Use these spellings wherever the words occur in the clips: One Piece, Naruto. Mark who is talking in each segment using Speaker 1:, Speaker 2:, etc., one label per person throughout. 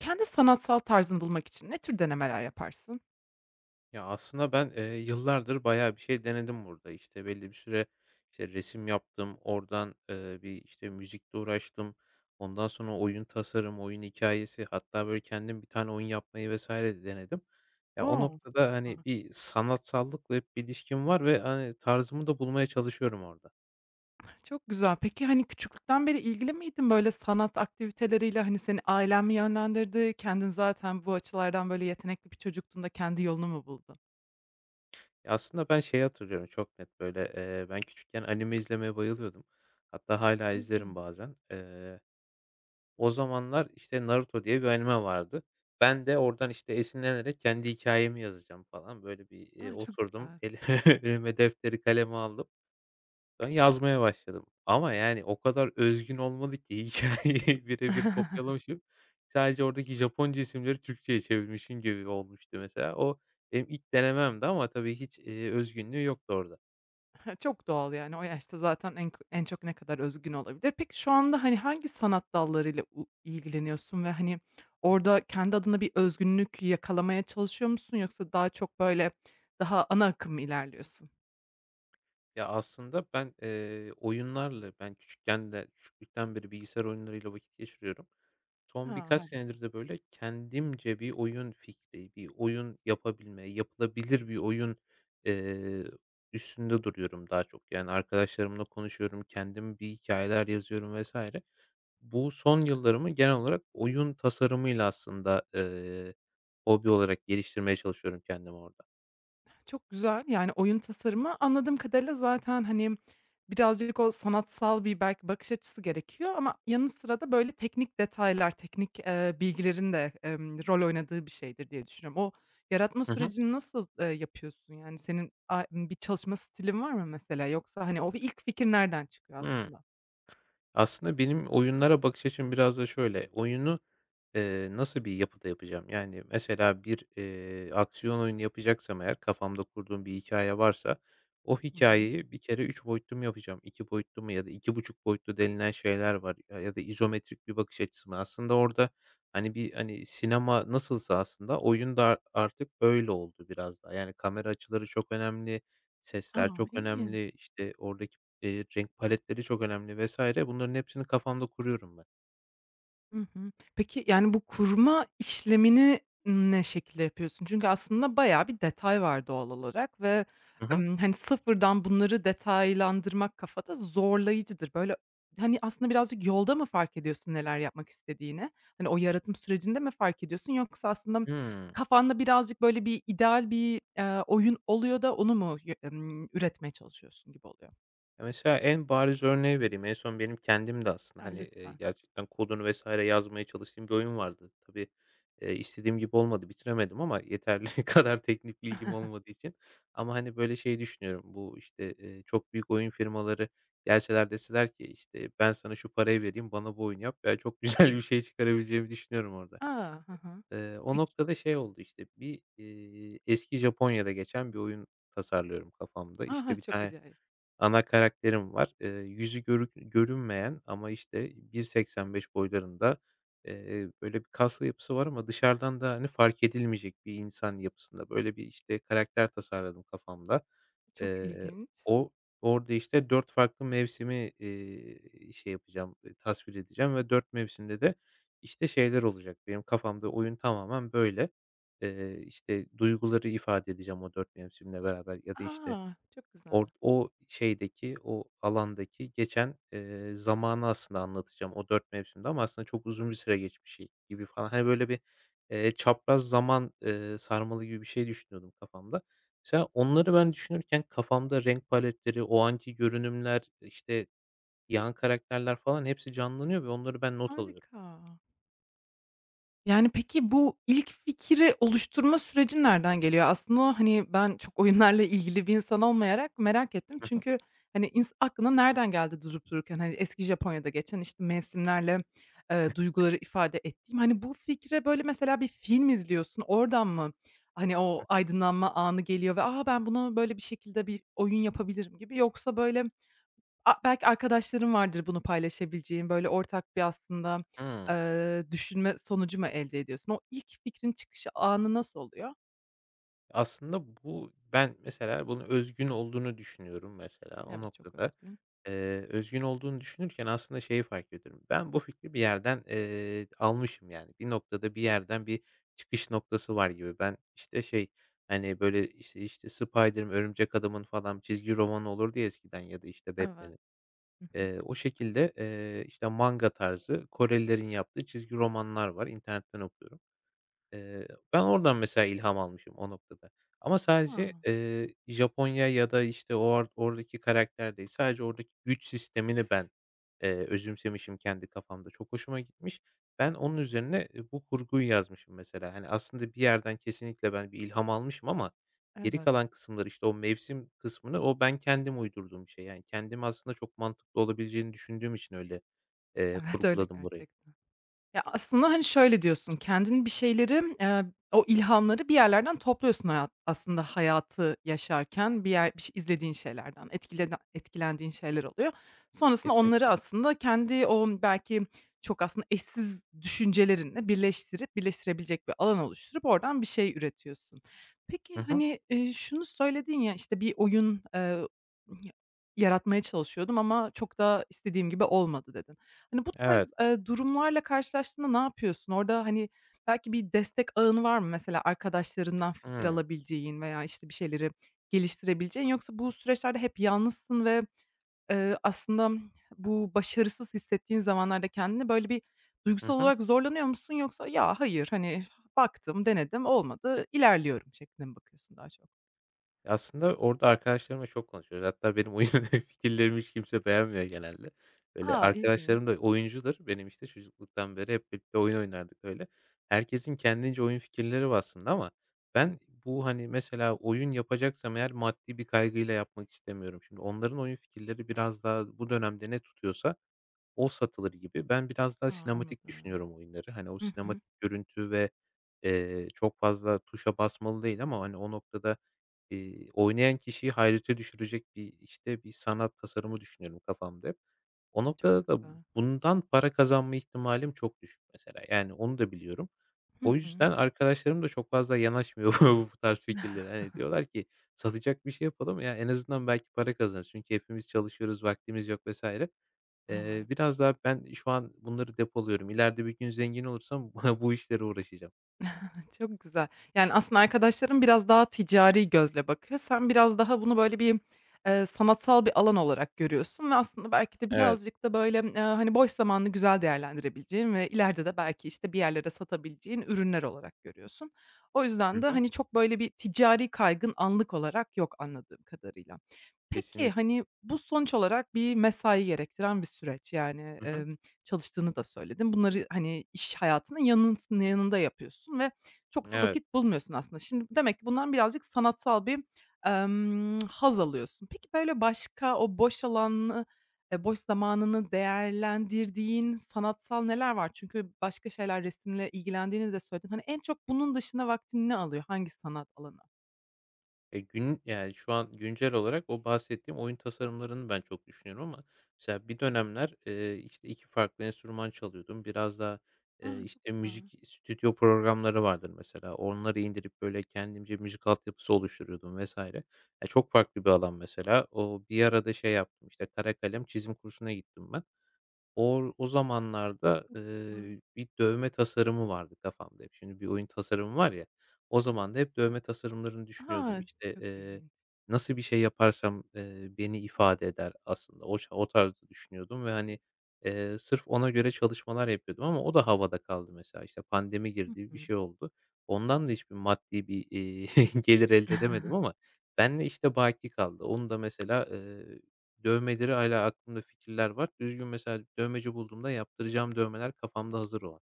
Speaker 1: Kendi sanatsal tarzını bulmak için ne tür denemeler yaparsın?
Speaker 2: Ya, aslında ben, yıllardır bayağı bir şey denedim burada. İşte, belli bir süre, işte, resim yaptım. Oradan, bir, işte, müzikle uğraştım. Ondan sonra oyun hikayesi hatta, böyle, kendim bir tane oyun yapmayı vesaire de denedim. Ya, o
Speaker 1: O! Çok
Speaker 2: noktada, hani,
Speaker 1: güzel.
Speaker 2: bir sanatsallıkla hep bir ilişkim var ve, hani, tarzımı da bulmaya çalışıyorum orada.
Speaker 1: Çok güzel. Peki, küçüklükten beri ilgili miydin böyle sanat aktiviteleriyle? Hani, seni ailen mi yönlendirdi? Kendin zaten bu açılardan böyle yetenekli bir çocuktun da kendi yolunu mu buldun?
Speaker 2: Ya, aslında ben şeyi hatırlıyorum çok net, böyle, ben küçükken anime izlemeye bayılıyordum. Hatta hala izlerim
Speaker 1: İlginç.
Speaker 2: bazen. O zamanlar, işte, Naruto diye bir anime vardı. Ben de oradan, işte, esinlenerek kendi hikâyemi yazacağım falan. Böyle bir,
Speaker 1: A, çok
Speaker 2: oturdum,
Speaker 1: güzel.
Speaker 2: elime defteri kalemi aldım. Ben yazmaya başladım ama, yani, o kadar özgün olmadı ki hikâyeyi birebir kopyalamışım. Sadece oradaki Japonca isimleri Türkçe'ye çevirmişim gibi olmuştu mesela. O benim ilk denememdi ama tabii hiç, özgünlüğü yoktu orada.
Speaker 1: He, çok doğal yani o yaşta zaten en çok ne kadar özgün olabilir. Peki şu anda, hani, hangi sanat dallarıyla ilgileniyorsun ve, hani, orada kendi adına bir özgünlük yakalamaya çalışıyor musun yoksa daha çok, böyle, daha ana akım mı ilerliyorsun?
Speaker 2: Ya, aslında ben, oyunlarla ben küçükken de küçüklükten beri bilgisayar oyunlarıyla vakit geçiriyorum. Son
Speaker 1: Ha,
Speaker 2: birkaç
Speaker 1: harika.
Speaker 2: senedir de, böyle, kendimce bir oyun fikri, bir oyun yapabilme, yapılabilir bir oyun, eee, üstünde duruyorum daha çok. Yani, arkadaşlarımla konuşuyorum, kendim bir hikayeler yazıyorum vesaire. Bu son yıllarımı genel olarak oyun tasarımıyla aslında, hobi olarak geliştirmeye çalışıyorum kendimi orada.
Speaker 1: Çok güzel. Yani, oyun tasarımı anladığım kadarıyla zaten, hani, birazcık o sanatsal bir belki bakış açısı gerekiyor ama yanı sıra da, böyle, teknik detaylar, bilgilerin de, rol oynadığı bir şeydir diye düşünüyorum. O yaratma
Speaker 2: Hı hı.
Speaker 1: sürecini nasıl yapıyorsun? Yani, senin bir çalışma stilin var mı mesela? Yoksa, hani, o ilk fikir nereden çıkıyor
Speaker 2: Hıı.
Speaker 1: aslında?
Speaker 2: Aslında benim oyunlara bakış açım biraz da şöyle, oyunu, nasıl bir yapıda yapacağım? Yani, mesela bir, aksiyon oyunu yapacaksam eğer kafamda kurduğum bir hikaye varsa o
Speaker 1: Tamam.
Speaker 2: hikayeyi bir kere 3 boyutlu mu yapacağım, 2 boyutlu mu ya da iki buçuk boyutlu denilen şeyler var ya ya da izometrik bir bakış açısı mı? Aslında orada, hani, bir, hani, sinema nasılsa aslında oyun da artık öyle oldu biraz daha. Yani, kamera açıları çok önemli, sesler
Speaker 1: A,
Speaker 2: çok önemli,
Speaker 1: ilginç.
Speaker 2: işte, oradaki renk paletleri çok önemli vesaire bunların hepsini kafamda kuruyorum ben.
Speaker 1: Hı hı. Peki, yani, bu kurma işlemini ne şekilde yapıyorsun? Çünkü aslında bayağı bir detay var doğal olarak ve,
Speaker 2: Hı hı.
Speaker 1: hani, sıfırdan bunları detaylandırmak kafada zorlayıcıdır. Böyle, hani, aslında birazcık yolda mı fark ediyorsun neler yapmak istediğini? Hani, o yaratım sürecinde mi fark ediyorsun yoksa aslında
Speaker 2: Hımm.
Speaker 1: kafanda birazcık, böyle, bir ideal oyun oluyor da onu mu y üretmeye çalışıyorsun gibi oluyor?
Speaker 2: Ya, mesela en bariz örneği vereyim. En son benim kendim de aslında,
Speaker 1: A,
Speaker 2: hani,
Speaker 1: lütfen.
Speaker 2: gerçekten kodunu vs. yazmaya çalıştığım bir oyun vardı. Tabii, istediğim gibi olmadı, bitiremedim ama yeterli kadar teknik bilgim olmadığı için ama, hani, böyle şey düşünüyorum. Bu, işte, çok büyük oyun firmaları gelseler deseler ki, işte, "Ben sana şu parayı vereyim, bana bu oyunu yap." Ya, çok güzel bir şey çıkarabileceğimi düşünüyorum orada.
Speaker 1: A! Hı hı.
Speaker 2: O
Speaker 1: Peki.
Speaker 2: noktada şey oldu, işte, bir, eski Japonya'da geçen bir oyun tasarlıyorum kafamda. İşte,
Speaker 1: A!
Speaker 2: bir
Speaker 1: Çok
Speaker 2: tane
Speaker 1: acayip.
Speaker 2: ana karakterim var. Yüzü görünmeyen ama, işte, 1.85 boylarında, böyle bir kaslı yapısı var ama dışarıdan da, hani, fark edilmeyecek bir insan yapısında. Böyle bir, işte, karakter tasarladım kafamda.
Speaker 1: Çok
Speaker 2: Eee,
Speaker 1: ilginç.
Speaker 2: o orada, işte, 4 farklı mevsimi, şey yapacağım, tasvir edeceğim ve 4 mevsimde de, işte, şeyler olacak. Benim kafamda oyun tamamen böyle. İşte, duyguları ifade edeceğim o 4 mevsimle beraber ya da, işte,
Speaker 1: A! Çok güzel.
Speaker 2: O şeydeki, o alandaki geçen, zamanı aslında anlatacağım o 4 mevsimde ama aslında çok uzun bir süre geçmiş şey gibi falan. Hani, böyle bir, çapraz zaman, sarmalı gibi bir şey düşünüyordum kafamda. Mesela onları ben düşünürken kafamda renk paletleri, o anki görünümler, işte, yan karakterler falan hepsi canlanıyor ve onları ben not alıyorum.
Speaker 1: Harika. Yani, peki bu ilk fikri oluşturma süreci nereden geliyor? Aslında, hani, ben çok oyunlarla ilgili bir insan olmayarak merak ettim.
Speaker 2: Hı hı.
Speaker 1: Çünkü, hani, aklına nereden geldi durup dururken? Hani, eski Japonya'da geçen, işte, mevsimlerle, duyguları ifade ettiğim, hani, bu fikre, böyle, mesela bir film izliyorsun, oradan mı, hani,
Speaker 2: Hı
Speaker 1: o
Speaker 2: hı.
Speaker 1: aydınlanma anı geliyor ve, "A, ben bunu böyle bir şekilde bir oyun yapabilirim." gibi yoksa, böyle, A belki arkadaşların vardır bunu paylaşabileceğin, böyle, ortak bir aslında,
Speaker 2: Hıı.
Speaker 1: eee, düşünme sonucu mu elde ediyorsun? O ilk fikrin çıkışı anı nasıl oluyor?
Speaker 2: Aslında bu ben mesela bunun özgün olduğunu düşünüyorum mesela o
Speaker 1: Evet, çok
Speaker 2: noktada.
Speaker 1: özgün.
Speaker 2: Özgün olduğunu düşünürken aslında şeyi fark ediyorum. Ben bu fikri bir yerden, almışım yani. Bir noktada bir yerden bir çıkış noktası var gibi. Ben, işte, şey, hani, böyle, işte Spider'ın, Örümcek Adam'ın falan çizgi romanı olur diye eskiden ya da, işte,
Speaker 1: Evet.
Speaker 2: Batman'in.
Speaker 1: Hı hı.
Speaker 2: O şekilde, işte, manga tarzı Korelilerin yaptığı çizgi romanlar var. İnternetten okuyorum. Eee, Ben oradan mesela ilham almışım o noktada. Ama
Speaker 1: A!
Speaker 2: sadece, Japonya ya da, işte, o or oradaki karakter değil, sadece oradaki güç sistemini ben, özümsemişim kendi kafamda. Çok hoşuma gitmiş. Ben onun üzerine, bu kurguyu yazmışım mesela. Hani, aslında bir yerden kesinlikle ben bir ilham almışım ama geri
Speaker 1: Evet.
Speaker 2: kalan kısımları, işte, o mevsim kısmını o ben kendim uydurduğum bir şey. Yani kendim aslında çok mantıklı olabileceğini düşündüğüm için öyle,
Speaker 1: Evet, öyle
Speaker 2: kurguladım orayı.
Speaker 1: gerçekten. Ya, aslında, hani, şöyle diyorsun, kendin o ilhamları bir yerlerden topluyorsun hayat aslında hayatı yaşarken bir yer bir ş izlediğin şeylerden, etkilendiğin şeyler oluyor. Sonrasında onları
Speaker 2: Kesinlikle.
Speaker 1: aslında kendi o belki çok aslında eşsiz düşüncelerinle birleştirebilecek bir alan oluşturup oradan bir şey üretiyorsun.
Speaker 2: Hı
Speaker 1: Peki,
Speaker 2: hı.
Speaker 1: hani, şunu söyledin ya, işte, bir oyun yaratmaya çalışıyordum ama çok da istediğim gibi olmadı dedin. Hani, bu
Speaker 2: Evet.
Speaker 1: tarz, eee, durumlarla karşılaştığında ne yapıyorsun? Orada, hani, belki bir destek ağın var mı? Mesela arkadaşlarından fikir
Speaker 2: Hıı.
Speaker 1: alabileceğin veya, işte, bir şeyleri geliştirebileceğin yoksa bu süreçlerde hep yalnızsın ve, aslında bu başarısız hissettiğin zamanlarda kendini, böyle, bir duygusal
Speaker 2: Hı hı.
Speaker 1: olarak zorlanıyor musun yoksa "Ya, hayır, hani, baktım, denedim, olmadı, ilerliyorum." şeklinde mi bakıyorsun daha çok?
Speaker 2: Aslında orada arkadaşlarımla çok konuşuyoruz. Hatta benim oyun fikirlerimi hiç kimse beğenmiyor genelde. Böyle
Speaker 1: A, ilginç.
Speaker 2: arkadaşlarım da oyuncudur. Benim işte çocukluktan beri hep birlikte oyun oynardık öyle. Herkesin kendince oyun fikirleri var aslında ama ben bu hani mesela oyun yapacaksam eğer maddi bir kaygıyla yapmak istemiyorum. Şimdi onların oyun fikirleri biraz daha bu dönemde ne tutuyorsa o satılır gibi. Ben biraz daha
Speaker 1: A,
Speaker 2: sinematik
Speaker 1: anladım.
Speaker 2: düşünüyorum oyunları. Hani, o
Speaker 1: Hı hı.
Speaker 2: sinematik görüntü ve, çok fazla tuşa basmalı değil ama, hani, o noktada, oynayan kişiyi hayrete düşürecek bir sanat tasarımı düşünüyorum kafamda hep. O
Speaker 1: Çok
Speaker 2: noktada da
Speaker 1: güzel.
Speaker 2: bundan para kazanma ihtimalim çok düşük mesela. Yani, onu da biliyorum.
Speaker 1: Hı
Speaker 2: O
Speaker 1: hı.
Speaker 2: yüzden arkadaşlarım da çok fazla yanaşmıyor bu tarz fikirlere. Hani, diyorlar ki, "Satacak bir şey yapalım ya en azından belki para kazanırız." Çünkü hepimiz çalışıyoruz, vaktimiz yok vesaire.
Speaker 1: Evet.
Speaker 2: Biraz daha ben şu an bunları depoluyorum. İleride bir gün zengin olursam bu işlere uğraşacağım.
Speaker 1: Çok güzel. Yani, aslında arkadaşların biraz daha ticari gözle bakıyor. Sen biraz daha bunu böyle bir sanatsal bir alan olarak görüyorsun ve aslında belki de
Speaker 2: Evet.
Speaker 1: birazcık da böyle, hani, boş zamanını güzel değerlendirebileceğin ve ileride de belki, işte, bir yerlere satabileceğin ürünler olarak görüyorsun. O
Speaker 2: Hı
Speaker 1: yüzden de,
Speaker 2: hı.
Speaker 1: hani, çok böyle bir ticari kaygın anlık olarak yok anladığım kadarıyla. Peki,
Speaker 2: Kesinlikle.
Speaker 1: hani, bu sonuç olarak bir mesai gerektiren bir süreç. Yani,
Speaker 2: Hı hı.
Speaker 1: emm, çalıştığını da söyledin. Bunları, hani, iş hayatının yanında yapıyorsun ve çok da
Speaker 2: Evet.
Speaker 1: vakit bulmuyorsun aslında. Şimdi demek ki bundan birazcık sanatsal bir haz alıyorsun. Peki, böyle başka o boş alanı, boş zamanını değerlendirdiğin sanatsal neler var? Çünkü başka şeyler, resimle ilgilendiğini de söyledin. Hani, en çok bunun dışında vaktini ne alıyor? Hangi sanat alanı?
Speaker 2: Şu an güncel olarak o bahsettiğim oyun tasarımlarını ben çok düşünüyorum ama mesela bir dönemler, işte, 2 farklı enstrüman çalıyordum. Biraz daha,
Speaker 1: A, çok
Speaker 2: işte,
Speaker 1: güzel.
Speaker 2: müzik stüdyo programları vardır mesela. Onları indirip, böyle, kendimce müzik altyapısı oluşturuyordum vesaire. Ya, çok farklı bir alan mesela. O bir ara şey yaptım, işte, kara kalem çizim kursuna gittim ben. O o zamanlarda,
Speaker 1: Ha.
Speaker 2: bir dövme tasarımı vardı kafamda hep. Şimdi bir oyun tasarımı var ya, o zaman da hep dövme tasarımlarını düşünüyordum.
Speaker 1: Ha,
Speaker 2: İşte,
Speaker 1: çok ilginç.
Speaker 2: nasıl bir şey yaparsam, beni ifade eder aslında. O tarzda düşünüyordum ve, hani, sırf ona göre çalışmalar yapıyordum ama o da havada kaldı mesela. İşte pandemi
Speaker 1: Hı
Speaker 2: girdi, bir
Speaker 1: hı.
Speaker 2: şey oldu. Ondan da hiçbir maddi gelir elde edemedim ama benimle işte baki kaldı. Onu da mesela. Dövmeleri hâlâ aklımda fikirler var. Düzgün mesela dövmeci bulduğumda yaptıracağım dövmeler kafamda hazır olan.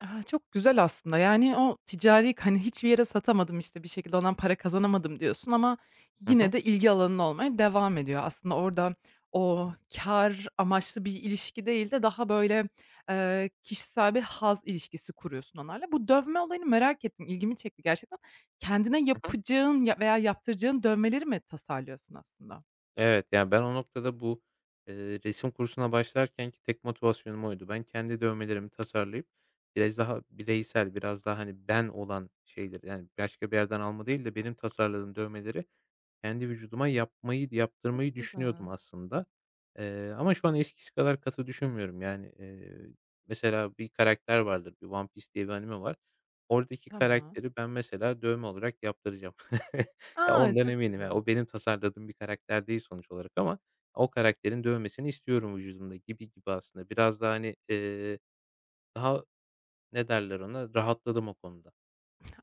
Speaker 1: Ha, çok güzel aslında. Yani o ticari, hani, hiçbir yere satamadım, işte, bir şekilde ondan para kazanamadım diyorsun ama
Speaker 2: Hı hı.
Speaker 1: yine de ilgi alanın olmaya devam ediyor. Aslında orada o kar amaçlı bir ilişki değil de daha, böyle, kişisel bir haz ilişkisi kuruyorsun onlarla. Bu dövme olayını merak ettim, ilgimi çekti gerçekten. Kendine
Speaker 2: Hı hı.
Speaker 1: yapacağın ya veya yaptıracağın dövmeleri mi tasarlıyorsun aslında?
Speaker 2: Evet, yani, ben o noktada bu, eee, resim kursuna başlarkenki tek motivasyonum oydu. Ben kendi dövmelerimi tasarlayıp biraz daha bireysel, biraz daha, hani, ben olan şeyleri, yani, başka bir yerden alma değil de benim tasarladığım dövmeleri kendi vücuduma yapmayı
Speaker 1: Çok
Speaker 2: yaptırmayı düşünüyordum
Speaker 1: güzel.
Speaker 2: aslında. Ama şu an eskisi kadar katı düşünmüyorum. Yani, mesela bir karakter vardır, bir One Piece diye bir anime var. Oradaki
Speaker 1: Tamam.
Speaker 2: karakteri ben mesela dövme olarak yaptıracağım. Ya,
Speaker 1: A!
Speaker 2: ondan
Speaker 1: Çok
Speaker 2: eminim. Ya,
Speaker 1: güzel.
Speaker 2: o benim tasarladığım bir karakter değil sonuç olarak ama o karakterin dövmesini istiyorum vücudumda gibi gibi aslında. Biraz daha hani, daha ne derler ona, rahatladım o konuda.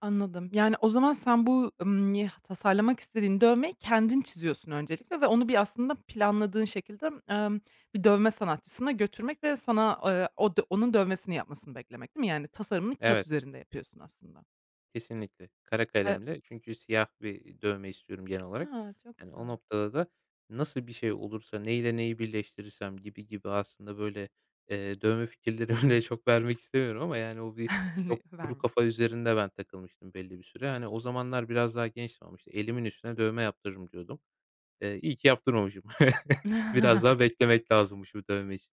Speaker 1: Anladım. Yani, o zaman sen bu, y tasarlamak istediğin dövmeyi kendin çiziyorsun öncelikle ve onu bir aslında planladığın şekilde, bir dövme sanatçısına götürmek ve sana, o dö onun dövmesini yapmasını beklemek, değil mi? Yani, tasarımını kağıt
Speaker 2: Evet.
Speaker 1: üzerinde yapıyorsun aslında.
Speaker 2: Kesinlikle. Kara
Speaker 1: Eee
Speaker 2: kalemle çünkü siyah bir dövme istiyorum genel olarak.
Speaker 1: A, çok
Speaker 2: Yani, o
Speaker 1: güzel.
Speaker 2: noktada da nasıl bir şey olursa, neyle neyi birleştirirsem gibi gibi aslında, böyle, dövme fikirlerimi de çok vermek istemiyorum ama, yani, o bir çok kuru
Speaker 1: Verme.
Speaker 2: kafa üzerinde ben takılmıştım belli bir süre. Hani, o zamanlar biraz daha gençtim ama, işte, "Elimin üstüne dövme yaptırırım." diyordum. İyi ki yaptırmamışım. Biraz daha beklemek lazımmış bu dövme için.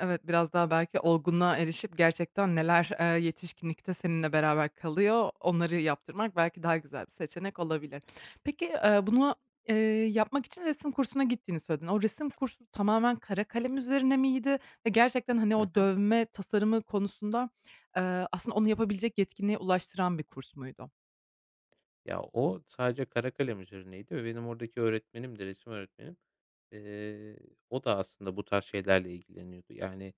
Speaker 1: Evet, biraz daha belki olgunluğa erişip gerçekten neler yetişkinlikte seninle beraber kalıyor, onları yaptırmak belki daha güzel bir seçenek olabilir. Peki, bunu, eee, yapmak için resim kursuna gittiğini söyledin. O resim kursu tamamen kara kalem üzerine miydi ve gerçekten, hani,
Speaker 2: Hı
Speaker 1: o
Speaker 2: hı.
Speaker 1: dövme tasarımı konusunda, aslında onu yapabilecek yetkinliğe ulaştıran bir kurs muydu?
Speaker 2: Ya, o sadece kara karakalem üzerineydi ve benim oradaki öğretmenim de, resim öğretmenim, eee, o da aslında bu tarz şeylerle ilgileniyordu. Yani,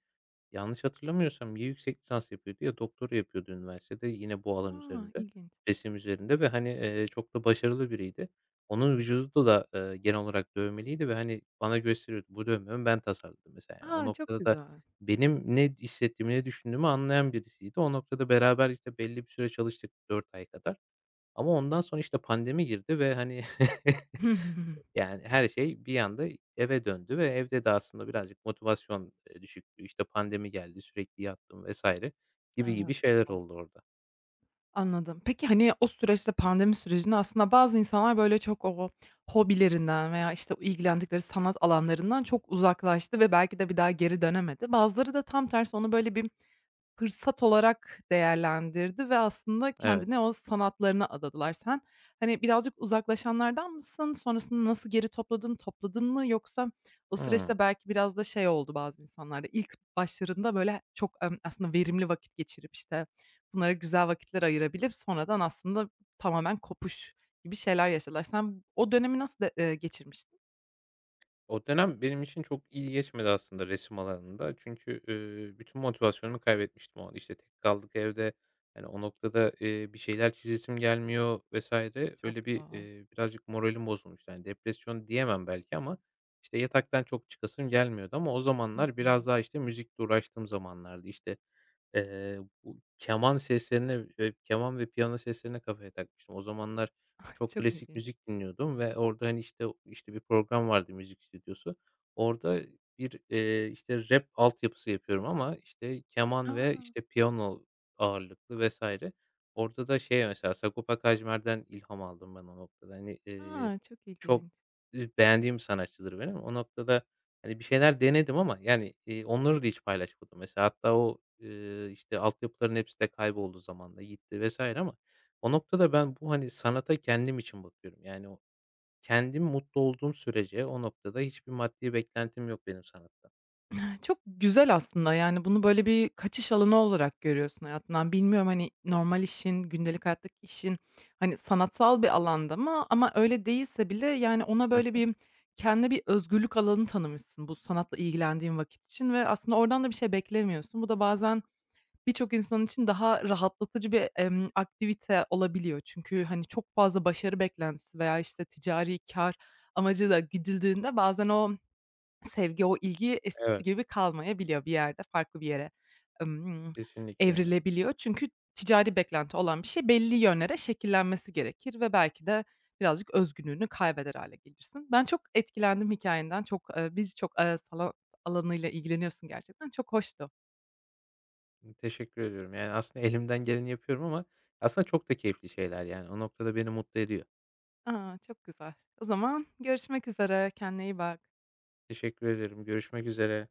Speaker 2: yanlış hatırlamıyorsam ya yüksek lisans yapıyordu ya doktora yapıyordu üniversitede yine bu alan
Speaker 1: A!
Speaker 2: üzerinde,
Speaker 1: İlginç.
Speaker 2: resim üzerinde ve, hani, çok da başarılı biriydi. Onun vücudu da, genel olarak dövmeliydi ve, hani, bana gösteriyordu. Bu dövmemi ben tasarladım mesela, yani. O
Speaker 1: A! Çok
Speaker 2: noktada da
Speaker 1: güzel.
Speaker 2: benim ne hissettiğimi, ne düşündüğümü anlayan birisiydi. O noktada beraber, işte, belli bir süre çalıştık 4 ay kadar. Ama ondan sonra, işte, pandemi girdi ve, hani, yani, her şey bir anda eve döndü ve evde de aslında birazcık motivasyon, düşüklüğü, işte, pandemi geldi, sürekli yattım vesaire gibi gibi
Speaker 1: Evet.
Speaker 2: şeyler oldu orada.
Speaker 1: Anladım. Peki, hani, o süreçte, pandemi sürecinde aslında bazı insanlar, böyle, çok o hobilerinden veya, işte, ilgilendikleri sanat alanlarından çok uzaklaştı ve belki de bir daha geri dönemedi. Bazıları da tam tersi onu, böyle, bir fırsat olarak değerlendirdi ve aslında
Speaker 2: Evet.
Speaker 1: kendine o sanatlarına adadılar. Sen, hani, birazcık uzaklaşanlardan mısın? Sonrasında nasıl geri topladın mı? Yoksa o
Speaker 2: Hıı.
Speaker 1: süreçte belki biraz da şey oldu bazı insanlarda, ilk başlarında böyle çok, aslında verimli vakit geçirip, işte, bunlara güzel vakitler ayırabilip sonradan aslında tamamen kopuş gibi şeyler yaşadılar. Sen o dönemi nasıl de geçirmiştin?
Speaker 2: O dönem benim için çok iyi geçmedi aslında resim alanında. Çünkü, bütün motivasyonumu kaybetmiştim o an. İşte, tek kaldık evde. Yani o noktada, bir şeyler çizesim gelmiyor vesaire.
Speaker 1: Çok
Speaker 2: Öyle bir,
Speaker 1: doğal.
Speaker 2: birazcık moralim bozulmuştu. Hani, depresyon diyemem belki ama, işte, yataktan çok çıkasım gelmiyordu ama o
Speaker 1: Hı
Speaker 2: zamanlar
Speaker 1: hı.
Speaker 2: biraz daha, işte, müzikle uğraştığım zamanlardı. İşte, bu keman seslerine ve keman ve piyano seslerine kafaya takmıştım. O zamanlar
Speaker 1: Ay,
Speaker 2: çok
Speaker 1: çok
Speaker 2: klasik
Speaker 1: ilginç.
Speaker 2: müzik dinliyordum ve orada, hani, işte bir program vardı müzik stüdyosu. Orada bir, işte, rap altyapısı yapıyorum ama, işte, keman
Speaker 1: A!
Speaker 2: ve, işte, piyano ağırlıklı vs. Orada da şey mesela Sagopa Kajmer'den ilham aldım ben o noktada. Hani,
Speaker 1: A! Çok
Speaker 2: çok,
Speaker 1: ilginç.
Speaker 2: beğendiğim sanatçıdır benim. O noktada. Hani, bir şeyler denedim ama, yani, onları da hiç paylaşmadım mesela. Hatta o, işte, altyapıların hepsi de kayboldu zamanla, gitti vs. ama o noktada ben bu, hani, sanata kendim için bakıyorum. Yani, o kendim mutlu olduğum sürece o noktada hiçbir maddi beklentim yok benim sanattan.
Speaker 1: Çok güzel aslında, yani, bunu böyle bir kaçış alanı olarak görüyorsun hayatından. Bilmiyorum, hani, normal işin, gündelik hayattaki işin, hani, sanatsal bir alanda mı ama öyle değilse bile, yani, ona
Speaker 2: Hı
Speaker 1: böyle
Speaker 2: hı.
Speaker 1: bir kendine bir özgürlük alanı tanımışsın bu sanatla ilgilendiğin vakit için ve aslında oradan da bir şey beklemiyorsun. Bu da bazen birçok insan için daha rahatlatıcı bir aktivite olabiliyor. Çünkü, hani, çok fazla başarı beklentisi veya, işte, ticari kar amacı da güdüldüğünde bazen o sevgi, o ilgi eskisi
Speaker 2: Evet,
Speaker 1: gibi kalmayabiliyor bir yerde, farklı bir yere, ımm,
Speaker 2: kesinlikle öyle.
Speaker 1: evrilebiliyor. Çünkü ticari beklenti olan bir şey belli yönlere şekillenmesi gerekir ve belki de birazcık özgünlüğünü kaybeder hale gelirsin. Ben çok etkilendim hikayenden. Çok, e, biz çok sala alanıyla ilgileniyorsun gerçekten. Çok hoştu.
Speaker 2: Teşekkür ediyorum. Yani, aslında elimden geleni yapıyorum ama aslında çok da keyifli şeyler, yani, o noktada beni mutlu ediyor.
Speaker 1: Aa, çok güzel. O zaman görüşmek üzere. Kendine iyi bak.
Speaker 2: Teşekkür ederim. Görüşmek üzere.